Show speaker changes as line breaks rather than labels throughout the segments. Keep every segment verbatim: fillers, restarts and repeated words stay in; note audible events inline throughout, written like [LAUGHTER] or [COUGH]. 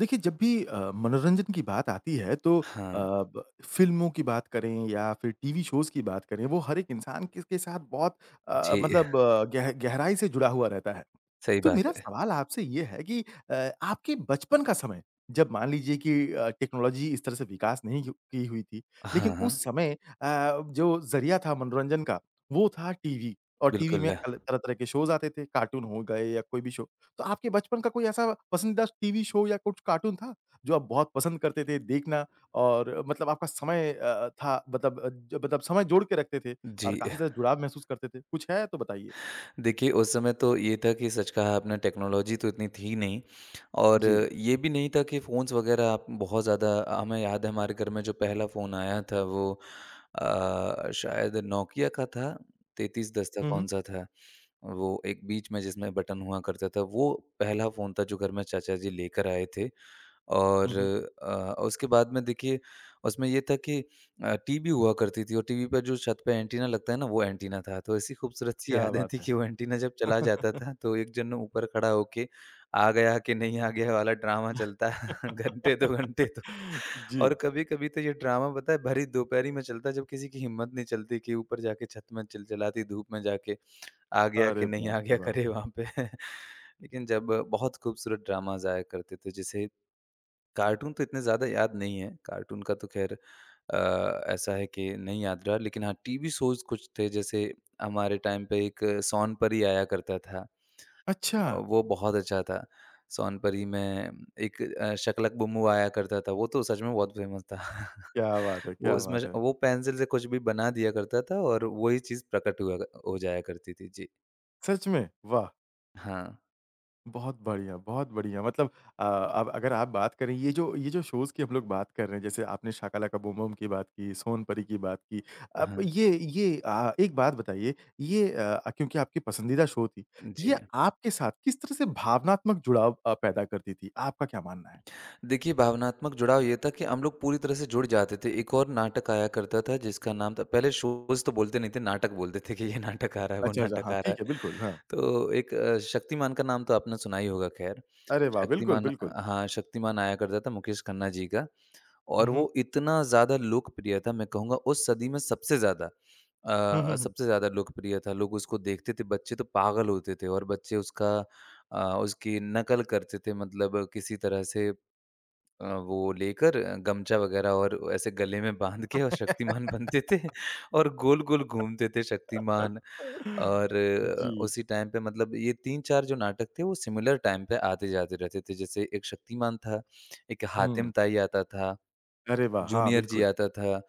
देखिए, जब भी अ, मनोरंजन की बात आती है तो अ,
हाँ,
ब फ़िल्मों की बात करें या फिर टीवी शोज़ की बात करें, वो हर एक इंसान किस के साथ बहुत अ,
जी,
मतलब अ, गह गहराई से जुड़ा हुआ रहता है।
सही
तो
बात
मेरा
है।
सवाल आपसे ये है कि अ, आपके बचपन का समय जब मान लीजिए कि अ, टेक्नोलॉजी इस तरह से विकास नहीं की की हुई थी, लेकिन
हाँ, हाँ,
उस समय अ, जो ज़रिया था मनोरंजन का, वो था टीवी और टीवी में
बिल्कुल।
अल तरह-तरह के शोज़ आते थे, कार्टून हो गए या कोई भी शो। तो आपके बचपन का कोई ऐसा पसंदीदा टीवी शो या कुछ कार्टून था, जो आप बहुत पसंद करते थे देखना और मतलब आपका समय अ, था मतलब अ, ज मतलब समय जोड़ के रखते थे और
जी,
काफ़ी ज़्यादा जुड़ाव महसूस करते थे? कुछ है तो बताइए?
देखिए उस समय तो ये था कि सच कहा आपने टेक्नोलॉजी तो इतनी थी नहीं और
जी।
ये भी नहीं था कि फ़ोन्स वग़ैरह आप बहुत ज़्यादा हमें याद है हमारे घर में जो पहला फ़ोन आया था वो अ, शायद नोकिया का था, तैंतीस सौ दस था
हुँ, हुँ।
कौन-सा था। वो एक बीच में जिसमें बटन हुआ करता था, वो पहला फ़ोन था जो घर में चाचा जी लेकर आए थे। और
हुँ, हुँ।
अ, उसके बाद में देखिए उसमें ये था कि अ, टीवी हुआ करती थी और टीवी पे जो छत पे एंटीना लगता है ना वो एंटीना था। तो ऐसी खूबसूरत सी [LAUGHS]
क्या
यादें
बात
थी
है!
कि वो एंटीना जब चला जाता था तो एक जन ऊपर खड़ा होके आ गया कि नहीं आ गया वाला ड्रामा चलता [LAUGHS] घंटे दो
[LAUGHS]
घंटे तो और
जी।
कभी-कभी तो ये ड्रामा पता है भरी दोपहरी में चलता जब किसी की हिम्मत नहीं चलती कि ऊपर जाके छत में चिलचिलाती धूप में जाके आ गया
अरे
कि नहीं
बाप
आ
रे
गया
बाप!
करे वहाँ पे। [LAUGHS] लेकिन जब बहुत खूबसूरत ड्रामाज़ आया करते थे जैसे कार्टून तो इतने ज़्यादा याद नहीं है, कार्टून का तो ख़ैर अ, ऐसा है कि नहीं याद रहा। लेकिन हाँ, टीवी शोज़ कुछ थे जैसे हमारे टाइम पे एक सोन परी आया करता था।
अच्छा!
अ, वो बहुत अच्छा था। सोन परी में एक अ, शकलक बुम्बू आया करता था, वो तो सच में बहुत फ़ेमस था।
क्या बात है,
[LAUGHS] वो
क्या
उसमें
बात है!
वो पेंसिल से कुछ भी बना दिया करता था और वही चीज़ प्रकट हुआ हो जाया करती थी। जी।
सच में? वाह!
हाँ,
बहुत बढ़िया, बहुत बढ़िया। मतलब अ, अब अगर आप बात करें ये जो ये जो शोज़ की हम लोग बात कर रहे हैं, जैसे आपने शाकाला का बूम बूम की बात की, सोनपरी की बात की। अब
हाँ।
ये ये अ, एक बात बताइए ये अ, क्योंकि आपकी पसंदीदा शो थी,
जी।
ये आपके साथ किस तरह से भावनात्मक जुड़ाव अ, पैदा करती थी? आपका क्या मानना है?
देखिए, भावनात्मक जुड़ाव ये था कि हम लोग पूरी तरह से जुड़ जाते थे। एक और नाटक आया करता था जिसका नाम था पहले शोज़ तो बोलते नहीं थे, नाटक बोलते थे कि ये नाटक आ रहा है, वो
अच्छा, अच्छा,
नाटक
हाँ,
आ रहा है।
ठीक है, बिल्कुल, हाँ।
तो एक अ, शक्तिमान का नाम तो आपने सुना ही होगा ख़ैर।
अरे वाह! बिल्कुल,
शक्तिमान
बिल्कुल।
हाँ, शक्तिमान आया करता था मुकेश खन्ना जी का
हुँ,
और
हुँ।
वो इतना ज़्यादा लोकप्रिय था, मैं कहूँगा उस सदी में सबसे ज़्यादा
हुँ, हुँ,
अ,
हुँ।
सबसे ज़्यादा लोकप्रिय था। लोग उसको देखते थे, बच्चे तो पागल होते थे और बच्चे उसका अ, उसकी नकल करते थे मतलब किसी तरह से अ, वो लेकर अ, गमछा वगैरह और ऐसे गले में बाँध के और शक्तिमान बनते थे [LAUGHS] और गोल-गोल घूमते थे शक्तिमान
[LAUGHS]
और अ,
जी,
उसी टाइम पे मतलब ये तीन चार जो नाटक थे वो सिमिलर टाइम पे आते-जाते रहते थे। जैसे एक शक्तिमान था, एक
हुँ।
हातिम ताई आता था,
अरे वाह! हाँ,
जूनियर जी
बिल्कुल।
आता था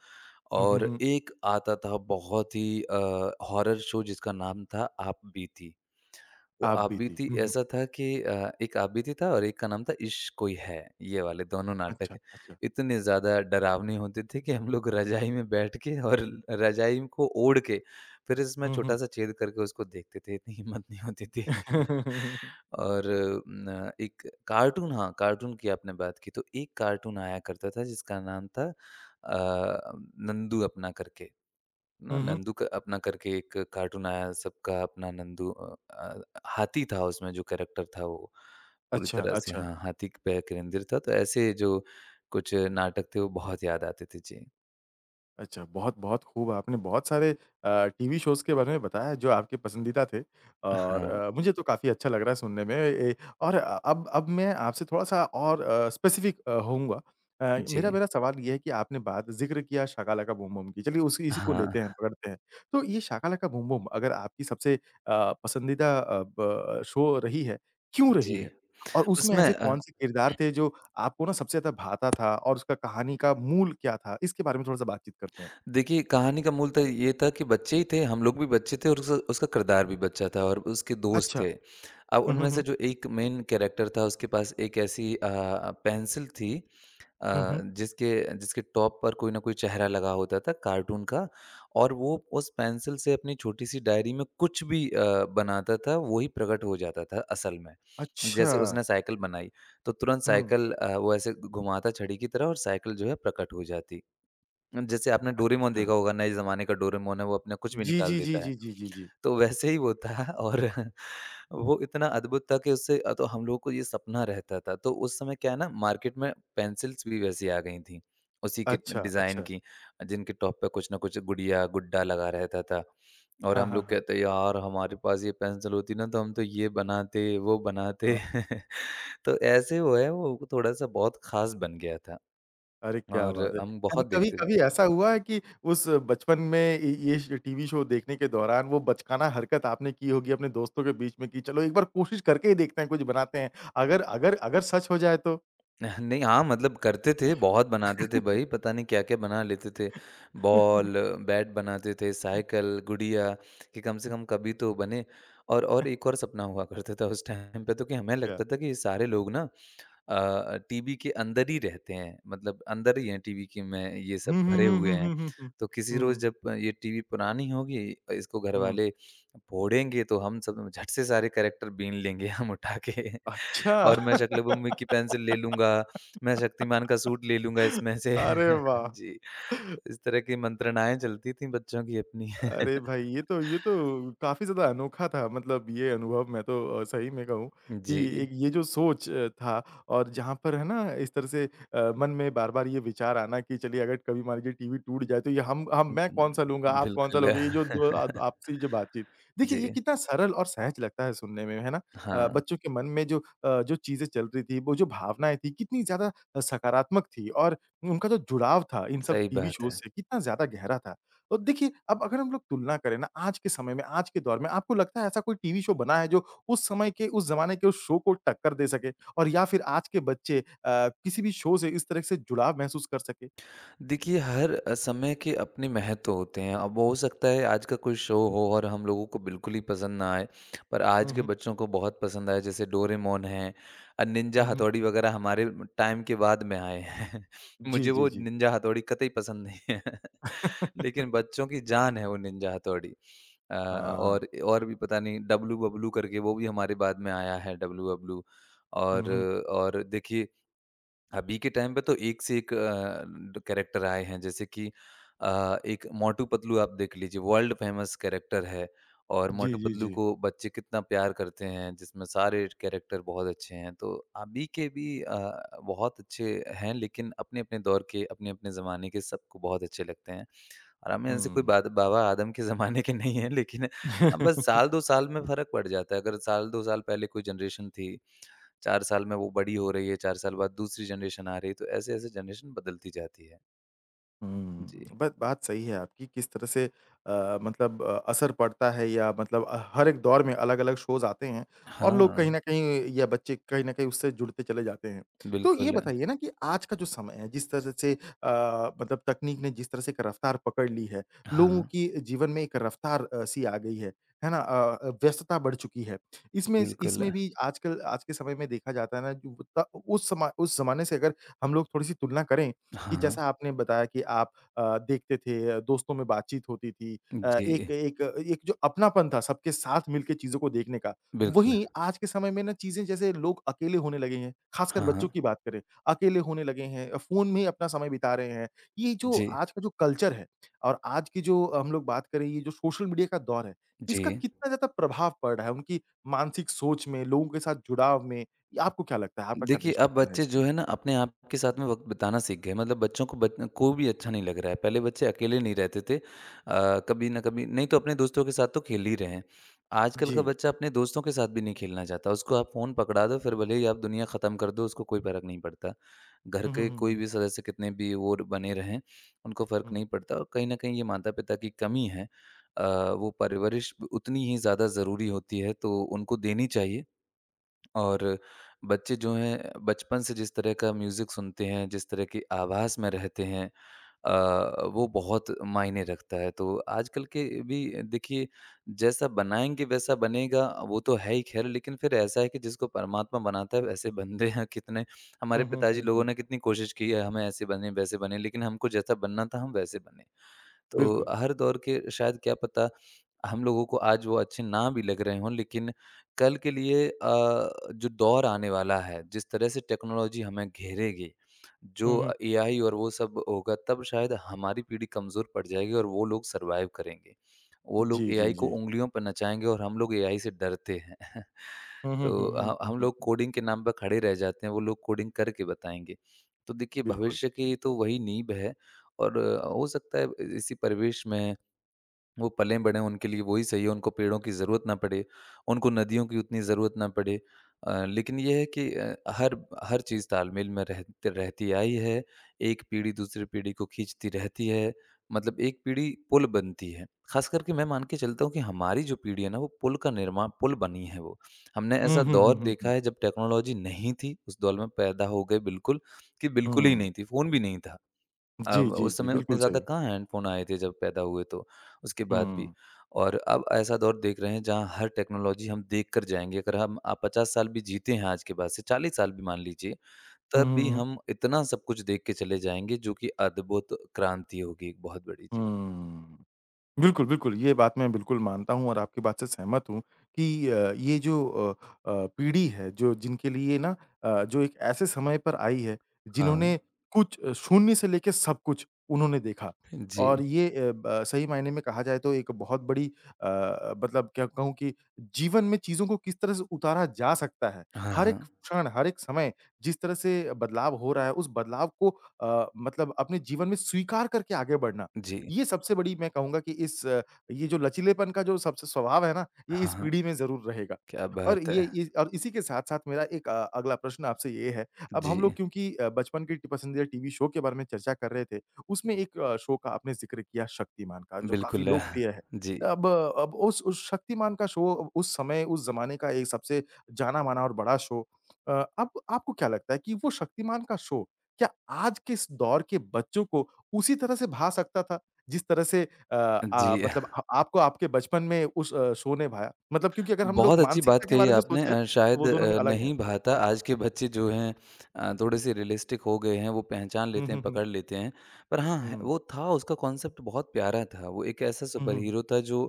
हुँ, हुँ,
और
हुँ।
एक आता था बहुत ही अ, हॉरर शो जिसका नाम था आप बीती। वो
आप बीती।
आबिदी
हुँ, हुँ।
ऐसा था कि अ, एक आबिदी था और एक का नाम था इश्क कोई है। ये वाले दोनों
अच्छा,
नाटक
अच्छा।
इतने ज़्यादा डरावने होते थे कि हम लोग रज़ाई में बैठ के और रज़ाई को ओढ़ के फिर इसमें
हुँ, हुँ।
छोटा-सा छेद करके उसको देखते थे, इतनी हिम्मत नहीं होती थी। [LAUGHS]
[LAUGHS]
और न एक कार्टून हाँ, कार्टून की आपने बात की तो एक कार्टून आया करता था जिसका नाम था अ, नंदू अपना करके। ना
हुँ, हुँ।
नंदू का अपना करके एक कार्टून आया सबका अपना नंदू अ, अ, हाथी था उसमें जो कैरेक्टर था वो पूरी
अच्छा,
तरह से
अच्छा,
हाँ हाथी पे केंद्रित था तो ऐसे जो कुछ नाटक थे वो बहुत याद आते थे जी।
अच्छा। बहुत, बहुत खूब आपने बहुत सारे अ, टीवी शोज़ के बारे में बताया जो आपके पसंदीदा थे और
हाँ,
अ, मुझे तो काफ़ी अच्छा लग रहा है सुनने में ए और अ, अब अब मैं आपसे थोड़ा-सा और अ, स्पेसिफ़िक अ, होऊँगा। अ,
जी।
मेरा मेरा सवाल ये है कि आपने बात ज़िक्र किया शाका लाका बूम बूम की, चलिए उसी इसी को लेते
हाँ,
हैं, पकड़ते हैं। तो ये शाका लाका बूम बूम अगर आपकी सबसे अ, पसंदीदा अ, ब शो रही है, क्यों रही
जी।
है? और उसमें
उसमें
ऐसे
अ
कौन से किरदार थे जो आपको ना सबसे ज़्यादा भाता था और उसका कहानी का मूल क्या था? इसके बारे में थोड़ा-सा बातचीत करते हैं।
देखिए, कहानी का मूलतः ये था कि बच्चे ही थे, हम लोग भी बच्चे थे और उस उसका किरदार भी बच्चा था और उसके दोस्त
अच्छा।
थे। अब
हुँ, हुँ,
उनमें से
हुँ।
जो एक मेन कैरेक्टर था, उसके पास एक ऐसी अ, पेंसिल थी अ,
हुँ, हुँ।
जिसके जिसके टॉप पर कोई ना कोई चेहरा लगा होता था कार्टून का और वो उस पेंसिल से अपनी छोटी-सी डायरी में कुछ भी अ, बनाता था, वही प्रकट हो जाता था असल में।
अच्छा।
जैसे उसने साइकिल बनाई, तो तुरंत
हुँ।
साइकिल अ, वो ऐसे घुमाता छड़ी की तरह और साइकिल जो है प्रकट हो जाती। जैसे आपने डोरेमोन
अच्छा।
देखा होगा, नए ज़माने का डोरेमोन है, वो अपना कुछ भी
जी,
निकाल
जी, जी,
देता है।
जी, जी, जी, जी।
तो वैसे ही वो था [LAUGHS] और वो इतना अद्भुत था कि उससे अ, तो हम लोगों को ये सपना रहता था। तो उस समय क्या है ना, मार्केट में पेंसिल्स भी वैसी आ गई थी, उसी के
अच्छा,
डिज़ाइन
अच्छा।
की, जिनके टॉप पे कुछ ना कुछ गुड़िया, गुड्डा लगा रहता था। और
हाँ,
हम
हाँ,
लोग
हाँ।
कहते, "यार, हमारे पास ये पेंसिल होती ना, तो हम तो ये बनाते, वो
हाँ।
बनाते।" [LAUGHS] तो ऐसे वो है, वो थोड़ा-सा बहुत ख़ास बन गया था
अरे क्या बात
और
है!
हम
कभी
बहुत
कभी
देखते
कभी
थे।
ऐसा हुआ है कि उस बचपन में ये ये श टीवी शो देखने के दौरान वो बचकाना हरकत आपने की होगी अपने दोस्तों के बीच में कि चलो एक बार कोशिश करके ही देखते हैं, कुछ बनाते हैं। अगर अगर अगर सच हो जाए तो?
[LAUGHS] नहीं, हाँ, मतलब करते थे, बहुत बनाते थे भाई,
[LAUGHS]
पता नहीं क्या-क्या बना लेते थे। बॉल, बैट बनाते थे, साइकिल, गुड़िया कि कम से कम कभी तो बने। और और एक और सपना हुआ करता था उस टाइम पे तो कि हमें
अच्छा।
लगता था कि ये सारे लोग ना अ, टीवी के अंदर ही रहते हैं, मतलब अंदर ही हैं टीवी के में ये
हुँ,
सब
हुँ,
भरे
हुँ,
हुए
हुँ,
हैं।
हुँ, हुँ, हुँ।
तो किसी रोज़
हुँ।
जब ये टीवी पुरानी होगी, इसको
हुँ।
घरवाले फोड़ेंगे तो हम सब झट से सारे कैरेक्टर बीन लेंगे हम उठा के [LAUGHS] और मैं
अच्छा!
शक्ल-बम्बू की पेंसिल ले लूँगा, मैं शक्तिमान का सूट ले लूँगा
[LAUGHS]
इसमें से।
अरे
[LAUGHS]
वाह!
जी, तो इस तरह की मंत्रणाएँ चलती थीं बच्चों की अपनी। [LAUGHS]
अरे भाई! ये तो ये तो काफ़ी ज़्यादा अनोखा था मतलब ये अनुभव मैं तो अ, सही में कहूँ कि
जी।
एक ये जो सोच अ, था और जहाँ पर है ना इस तरह से अ, मन में बार-बार ये विचार आना कि चलिए अगर कभी मान लीजिए टीवी टूट जाए तो ये हम हम
हुँ,
मैं कौन-सा लूँगा,
हुँ।
आप कौन-सा
बिल्कुल।
लोगे? ये जो दो
[LAUGHS]
आप आपसी जो बातचीत। देखिए ये
जी,
कितना सरल और सहज लगता है सुनने में, है ना? अ,
हाँ,
बच्चों के मन में जो अ, जो चीज़ें चल रही थी, वो जो भावनाएँ थी कितनी ज़्यादा अ, सकारात्मक थी और उनका जो जुड़ाव था इन सब
सही
टीवी
बात
शोज़
है।
से कितना ज़्यादा गहरा था। तो देखिए, अब अगर हम लोग तुलना करें ना आज के समय में, आज के दौर में, आपको लगता है ऐसा कोई टीवी शो बना है जो उस समय के, उस ज़माने के उस शो को टक्कर दे सके? और या फिर आज के बच्चे अ, किसी भी शो से इस तरह से जुड़ाव महसूस कर सके?
देखिए, हर अ, समय के अपने महत्व होते हैं। अब हो सकता है आज का कोई शो हो और हम लोगों को बिल्कुल ही पसंद ना आए, पर आज
हुँ,
के
हुँ।
बच्चों को बहुत पसंद आया जैसे डोरेमोन है अ, निंजा
हुँ, हुँ।
हथौड़ी वग़ैरह हमारे टाइम के बाद में आए हैं। [LAUGHS]
जी,
मुझे
जी,
वो
जी।
निंजा हथौड़ी कतई पसंद नहीं है, [LAUGHS]
[LAUGHS]
लेकिन बच्चों की जान है वो निंजा हथौड़ी। अ,
हाँ।
और और भी पता नहीं डब्लू बब्लू करके वो भी हमारे बाद में आया है डब्लू बब्लू
हुँ,
और
हुँ।
और देखिए अभी के टाइम पे तो एक से एक अ, कैरेक्टर आए हैं जैसे कि अ, एक मोटू पतलू आप देख लीजिए वर्ल्ड फेमस कैरेक्टर है और
जी,
मोटू
जी,
पतलू
जी।
को बच्चे कितना प्यार करते हैं जिसमें सारे कैरेक्टर बहुत अच्छे हैं तो अभी के भी अ, बहुत अच्छे हैं लेकिन अपने अपने दौर के अपने अपने ज़माने के सबको बहुत अच्छे लगते हैं और हमें ऐसे कोई
हुँ।
बात बाबा आदम के [LAUGHS] ज़माने के नहीं है लेकिन हम बस
[LAUGHS]
साल दो साल में फ़र्क पड़ जाता है अगर साल दो साल पहले कोई जनरेशन थी चार साल में वो बड़ी हो रही है, चार साल बाद दूसरी जनरेशन आ रही है, तो ऐसे-ऐसे जनरेशन बदलती जाती है।
हुँ,
जी।
बट बात सही है आपकी किस तरह से अ, मतलब अ, असर पड़ता है या मतलब अ, हर एक दौर में अलग-अलग शोज़ आते हैं और लोग
हाँ,
कहीं न कहीं या बच्चे कहीं न कहीं उससे जुड़ते चले जाते हैं। तो ये
बिल्कुल।
बताइए ना कि आज का जो समय है जिस तरह से अ, मतलब तकनीक ने जिस तरह से एक रफ़्तार पकड़ ली है, लोगों
हाँ,
की जीवन में एक रफ़्तार अ, सी आ गई है, है ना? अ अ, व्यस्तता बढ़ चुकी है। इसमें
बिल्कुल।
इसमें भी आजकल आज के समय में देखा जाता है ना जो त उस समा उस ज़माने से अगर हम लोग थोड़ी-सी तुलना करें कि
हाँ,
जैसा आपने बताया कि आप अ, देखते थे, दोस्तों में बातचीत होती थी। अ, एक
जी,
एक एक जो अपनापन था सबके साथ मिलके चीज़ों को देखने का,
बिल्कुल।
वहीं आज के समय में ना चीज़ें जैसे लोग अकेले होने लगे हैं, खासकर
हाँ,
बच्चों
हाँ।
की बात करें, अकेले होने लगे हैं, फ़ोन में ही अपना समय बिता रहे हैं। ये जो
जी,
आज का जो कल्चर है और आज की जो हम लोग बात करें ये जो सोशल मीडिया का दौर है, इसका
जी।
कितना ज़्यादा प्रभाव पड़ रहा है उनकी मानसिक सोच में, लोगों के साथ जुड़ाव में? ये आपको क्या लगता है? आपका क्या
देखिए, अब
दृष्टिकोण है
बच्चे जो
इसमें?
है ना अपने आप के साथ में वक़्त बिताना सीख गए। मतलब बच्चों को बत को भी अच्छा नहीं लग रहा है। पहले बच्चे अकेले नहीं रहते थे। अ, कभी न कभी नहीं तो अपने दोस्तों के साथ तो खेल ही रहे हैं। आजकल का
जी।
बच्चा अपने दोस्तों के साथ भी नहीं खेलना चाहता। उसको आप फ़ोन पकड़ा दो फिर भले ही आप दुनिया ख़त्म कर दो, उसको कोई फ़र्क नहीं पड़ता। घर
हुँ, हुँ,
के
हुँ,
कोई
हुँ।
भी सदस्य कितने भी वो बने रहें, उनको फ़र्क
हुँ।
नहीं पड़ता और कहीं न कहीं ये माता-पिता की कमी है। अ, वो परवरिश उतनी ही ज़्यादा ज़रूरी होती है तो उनको देनी चाहिए। और बच्चे जो हैं बचपन से जिस तरह का म्यूज़िक सुनते हैं, जिस तरह की आभास में रहते हैं अ, वो बहुत मायने रखता है। तो आजकल के भी देखिए जैसा बनाएँगे वैसा बनेगा वो तो है ही ख़ैर लेकिन फिर ऐसा है कि जिसको परमात्मा बनाता है वैसे बनते हैं कितने हमारे
हुँ, हुँ,
पिताजी
हुँ,
लोगों ने
हुँ।
कितनी कोशिश की है हमें ऐसे बने वैसे बने लेकिन हमको जैसा बनना था हम वैसे बने। तो
बिल्कुल।
हर दौर के शायद क्या पता हम लोगों को आज वो अच्छे ना भी लग रहे हों लेकिन कल के लिए अ, जो दौर आने वाला है, जिस तरह से टेक्नोलॉजी हमें घेरेगी,
हुँ,
जो
हुँ।
अ, एआई और वो सब होगा तब शायद हमारी पीढ़ी कमज़ोर पड़ जाएगी और वो लोग सर्वाइव करेंगे। वो लोग
जी, जी,
एआई को
जी।
उँगलियों पर नचाएँगे और हम लोग एआई से डरते हैं। [LAUGHS]
हुँ, हुँ,
तो
हुँ, हुँ,
ह हम
हुँ,
लोग
हुँ।
कोडिंग के नाम पर खड़े रह जाते हैं, वो लोग कोडिंग करके बताएँगे। तो देखिए
बिल्कुल।
भविष्य की तो वही नींव है और अ, हो सकता है इसी परिवेश में वो पले-बढ़े उनके लिए वही सही है, उनको पेड़ों की ज़रूरत ना पड़े, उनको नदियों की उतनी ज़रूरत ना पड़े। अ, लेकिन ये है कि अ, हर हर चीज़ तालमेल में रह रहती आई है, एक पीढ़ी दूसरी पीढ़ी को खींचती रहती है, मतलब एक पीढ़ी पुल बनती है। ख़ास करके मैं मान के चलता हूँ कि हमारी जो पीढ़ी है ना, वो पुल का निर्माण पुल बनी है वो। हमने
हुँ,
ऐसा
हुँ, हुँ,
दौर
हुँ,
देखा
हुँ।
है जब टेक्नोलॉजी नहीं थी, उस दौर में पैदा हो गए बिल्कुल, कि बिल्कुल ही
हुँ।
नहीं थी, फ़ोन भी नहीं था।
जी,
अब
जी,
उस
जी,
समय उतने
बिल्कुल
ज़्यादा
सही।
कहाँ हैंडफ़ोन आए थे जब पैदा हुए तो, उसके बाद भी।
हुँ।
और अब ऐसा दौर देख रहे हैं जहाँ हर टेक्नोलॉजी हम देख कर जाएँगे। अगर हम आप पचास साल भी जीते हैं आज के बाद से, चालीस साल भी मान लीजिए,
हुँ,
तब
हुँ,
भी
हुँ।
हम इतना सब कुछ देख के चले जाएँगे जो कि अद्भुत क्रांति होगी एक बहुत बड़ी। जी।
हुँ। बिल्कुल, बिल्कुल। ये बात मैं बिल्कुल मानता हूँ और आपकी बात से सहमत हूँ कि अ, ये जो अ अ, पीढ़ी है जो जिनके लिए ना अ, जो एक ऐसे समय पर आई है
हाँ।
जिन्होंने कुछ अ, शून्य से लेके सब कुछ उन्होंने देखा।
जी।
और ये अ, ब सही मायने में कहा जाए तो एक बहुत बड़ी अ, मतलब क्या कहूँ कि जीवन में चीज़ों को किस तरह से उतारा जा सकता है।
हाँ,
हर एक
हाँ।
क्षण, हर एक समय जिस तरह से बदलाव हो रहा है उस बदलाव को अ, मतलब अपने जीवन में स्वीकार करके आगे बढ़ना
जी।
ये सबसे बड़ी मैं कहूँगा कि इस अ, ये जो लचीलेपन का जो सबसे स्वभाव है ना, ये
हाँ,
इस
हाँ।
पीढ़ी में ज़रूर रहेगा।
क्या
और
बात
ये
है!
ये और इसी के साथ-साथ मेरा एक अ, अगला प्रश्न आपसे ये है, अब
जी।
हम लोग क्योंकि अ, बचपन के टी पसंदीदा टीवी शो के बारे में चर्चा कर रहे थे, उसमें एक अ, शो का आपने ज़िक्र किया शक्तिमान का जो काफ़ी
बिल्कुल। है,
लोकप्रिय है।
जी।
अब अ, अब उस उस शक्तिमान का शो उस समय, उस ज़माने का एक सबसे जाना-माना और बड़ा शो अ, अब आपको क्या लगता है कि वो शक्तिमान का शो, क्या आज के इस दौर के बच्चों को उसी तरह से भा सकता था? जिस तरह से अ अ,
जी।
मतलब अ, आपको आपके बचपन में उस अ, शो ने भाया। मतलब क्योंकि अगर हम लोग
बहुत अच्छी बात
मानसिकता के
कही
बारे में
आपने
सोचे,
अ,
तो
शायद
वो दोनों में
अ,
अलग है
नहीं
तो।
भाता
हुँ।
आज के बच्चे जो हैं अ, थोड़े-से रियलिस्टिक हो गए हैं, वो पहचान
हुँ,
लेते हैं,
हुँ, हुँ।
पकड़ लेते हैं। पर हाँ, है
हुँ।
वो था उसका कॉन्सेप्ट बहुत प्यारा था। वो एक ऐसा
हुँ,
सुपर
हुँ।
हीरो था जो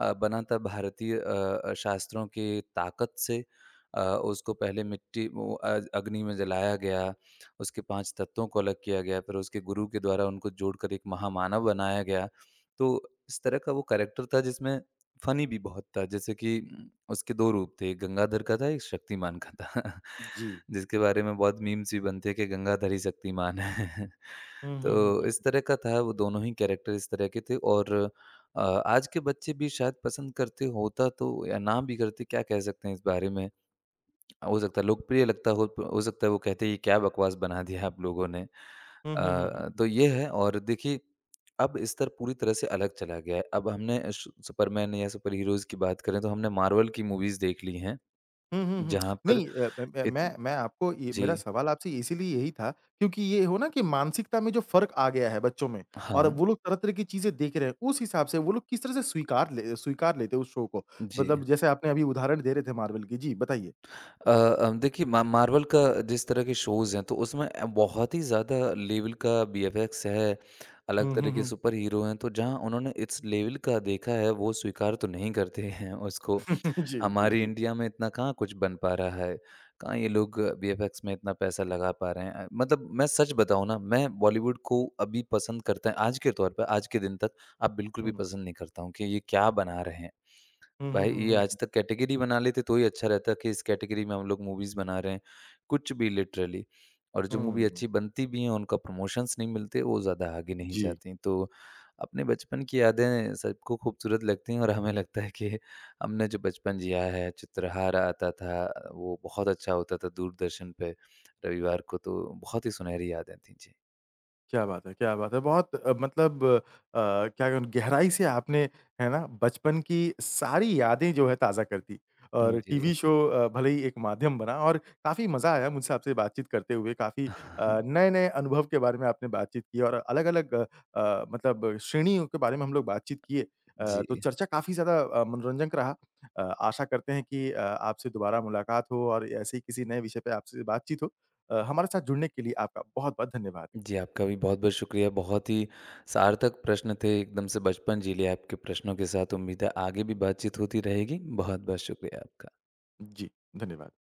अ, बना था भारतीय अ अ, शास्त्रों के ताकत से। अ, उसको पहले मिट्टी वो अ, अग्नि में जलाया गया, उसके पाँच तत्वों को अलग किया गया, फिर उसके गुरु के द्वारा उनको जोड़कर एक महामानव बनाया गया। तो इस तरह का वो कैरेक्टर था जिसमें फ़नी भी बहुत था जैसे कि उम, उसके दो रूप थे, एक गंगाधर का था, एक शक्तिमान का था। [LAUGHS]
जी।
जिसके बारे में बहुत मीम्स भी बनते कि गंगाधर ही शक्तिमान है।
हुँ,
[LAUGHS] तो
हुँ, हुँ, हुँ।
इस तरह का था वो दोनों ही कैरेक्टर इस तरह के थे और अ, आज के बच्चे भी शायद पसंद करते होता तो या ना भी करते क्या कह सकते हैं इस बारे में? हो सकता है लोकप्रिय लगता हो हो सकता है वो कहते हैं, "ये क्या बकवास बना दिया आप लोगों ने।"
हुँ, हुँ, हुँ,
अ,
हुँ।
तो ये है और देखिए अब स्तर पूरी तरह से अलग चला गया है। अब हमने सु सुपरमैन या सुपर हीरोज़ की बात करें तो हमने मार्वल की मूवीज़ देख ली हैं,
हुँ, हुँ, हुँ।
जहाँ पर
नहीं अ, ब ब
इत
मैं मैं आपको ये
जी,
मेरा सवाल आपसे इसीलिए यही था क्योंकि ये हो ना कि मानसिकता में जो फ़र्क आ गया है बच्चों में और
हाँ,
वो लोग तरह-तरह की चीज़ें देख रहे हैं, उस हिसाब से वो लोग किस तरह से स्वीकार ले स्वीकार लेते हैं उस शो को?
जी।
मतलब जैसे आपने अभी उदाहरण दे रहे थे मार्वल की। जी, बताइए।
अ अ, देखिए मा मार्वल का जिस तरह के शोज़ हैं तो उसमें अ, बहुत ही ज़्यादा लेवल का वीएफएक्स है, अलग
हुँ,
तरह
हुँ,
के
हुँ।
सुपर हीरो हैं, तो जहाँ उन्होंने इस लेवल का देखा है वो स्वीकार तो नहीं करते हैं उसको
[LAUGHS] जी, जी,
हमारी
जी।
इंडिया में इतना कहाँ कुछ बन पा रहा है, कहाँ ये लोग वीएफएक्स में इतना पैसा लगा पा रहे हैं अ, मतलब मैं सच बताऊँ ना, मैं बॉलीवुड को अभी पसंद करता है आज के तौर पे, आज के दिन तक अब बिल्कुल भी
हुँ।
पसंद नहीं करता हूँ कि ये क्या बना रहे हैं।
हुँ, हुँ,
भाई ये आज
हुँ,
तक कैटेगरी बना लेते तो ही अच्छा रहता कि इस कैटेगरी में हम लोग मूवीज़ बना रहे हैं, कुछ भी लिटरली। और जो
हुँ,
मूवी
हुँ।
अच्छी बनती भी हैं उनका प्रमोशंस नहीं मिलते, वो ज़्यादा आगे नहीं
जी।
जाती। तो अपने बचपन की यादें सबको खूबसूरत लगती हैं और हमें लगता है कि हमने जो बचपन जिया है, चित्रहार आता था, वो बहुत अच्छा होता था दूरदर्शन पे रविवार को तो बहुत ही सुनहरी यादें थीं। जी।
क्या बात है, क्या बात है। बहुत अ, मतलब अ, क्या कहूँ गहराई से आपने, है ना, बचपन की सारी यादें जो है ताज़ा कर दी और
जी।
टीवी शो अ, भले ही एक माध्यम बना और काफ़ी मज़ा आया मुझसे आपसे बातचीत करते हुए। काफ़ी अ,
[LAUGHS]
नए-नए अनुभव के बारे में आपने बातचीत की और अलग-अलग अ, मतलब श्रेणियों के बारे में हम लोग बातचीत किए। अ, तो
जी।
चर्चा काफ़ी ज़्यादा अ, मनोरंजक रहा। अ, आशा करते हैं कि अ, आपसे दोबारा मुलाकात हो और ऐसे ही किसी नए विषय पे आपसे बातचीत हो। अ, हमारे साथ जुड़ने के लिए आपका बहुत-बहुत धन्यवाद।
जी, आपका भी बहुत-बहुत शुक्रिया। बहुत ही सार्थक प्रश्न थे, एकदम से बचपन जी लिया आपके प्रश्नों के साथ। उम्मीद है आगे भी बातचीत होती रहेगी। बहुत-बहुत शुक्रिया आपका।
जी, धन्यवाद।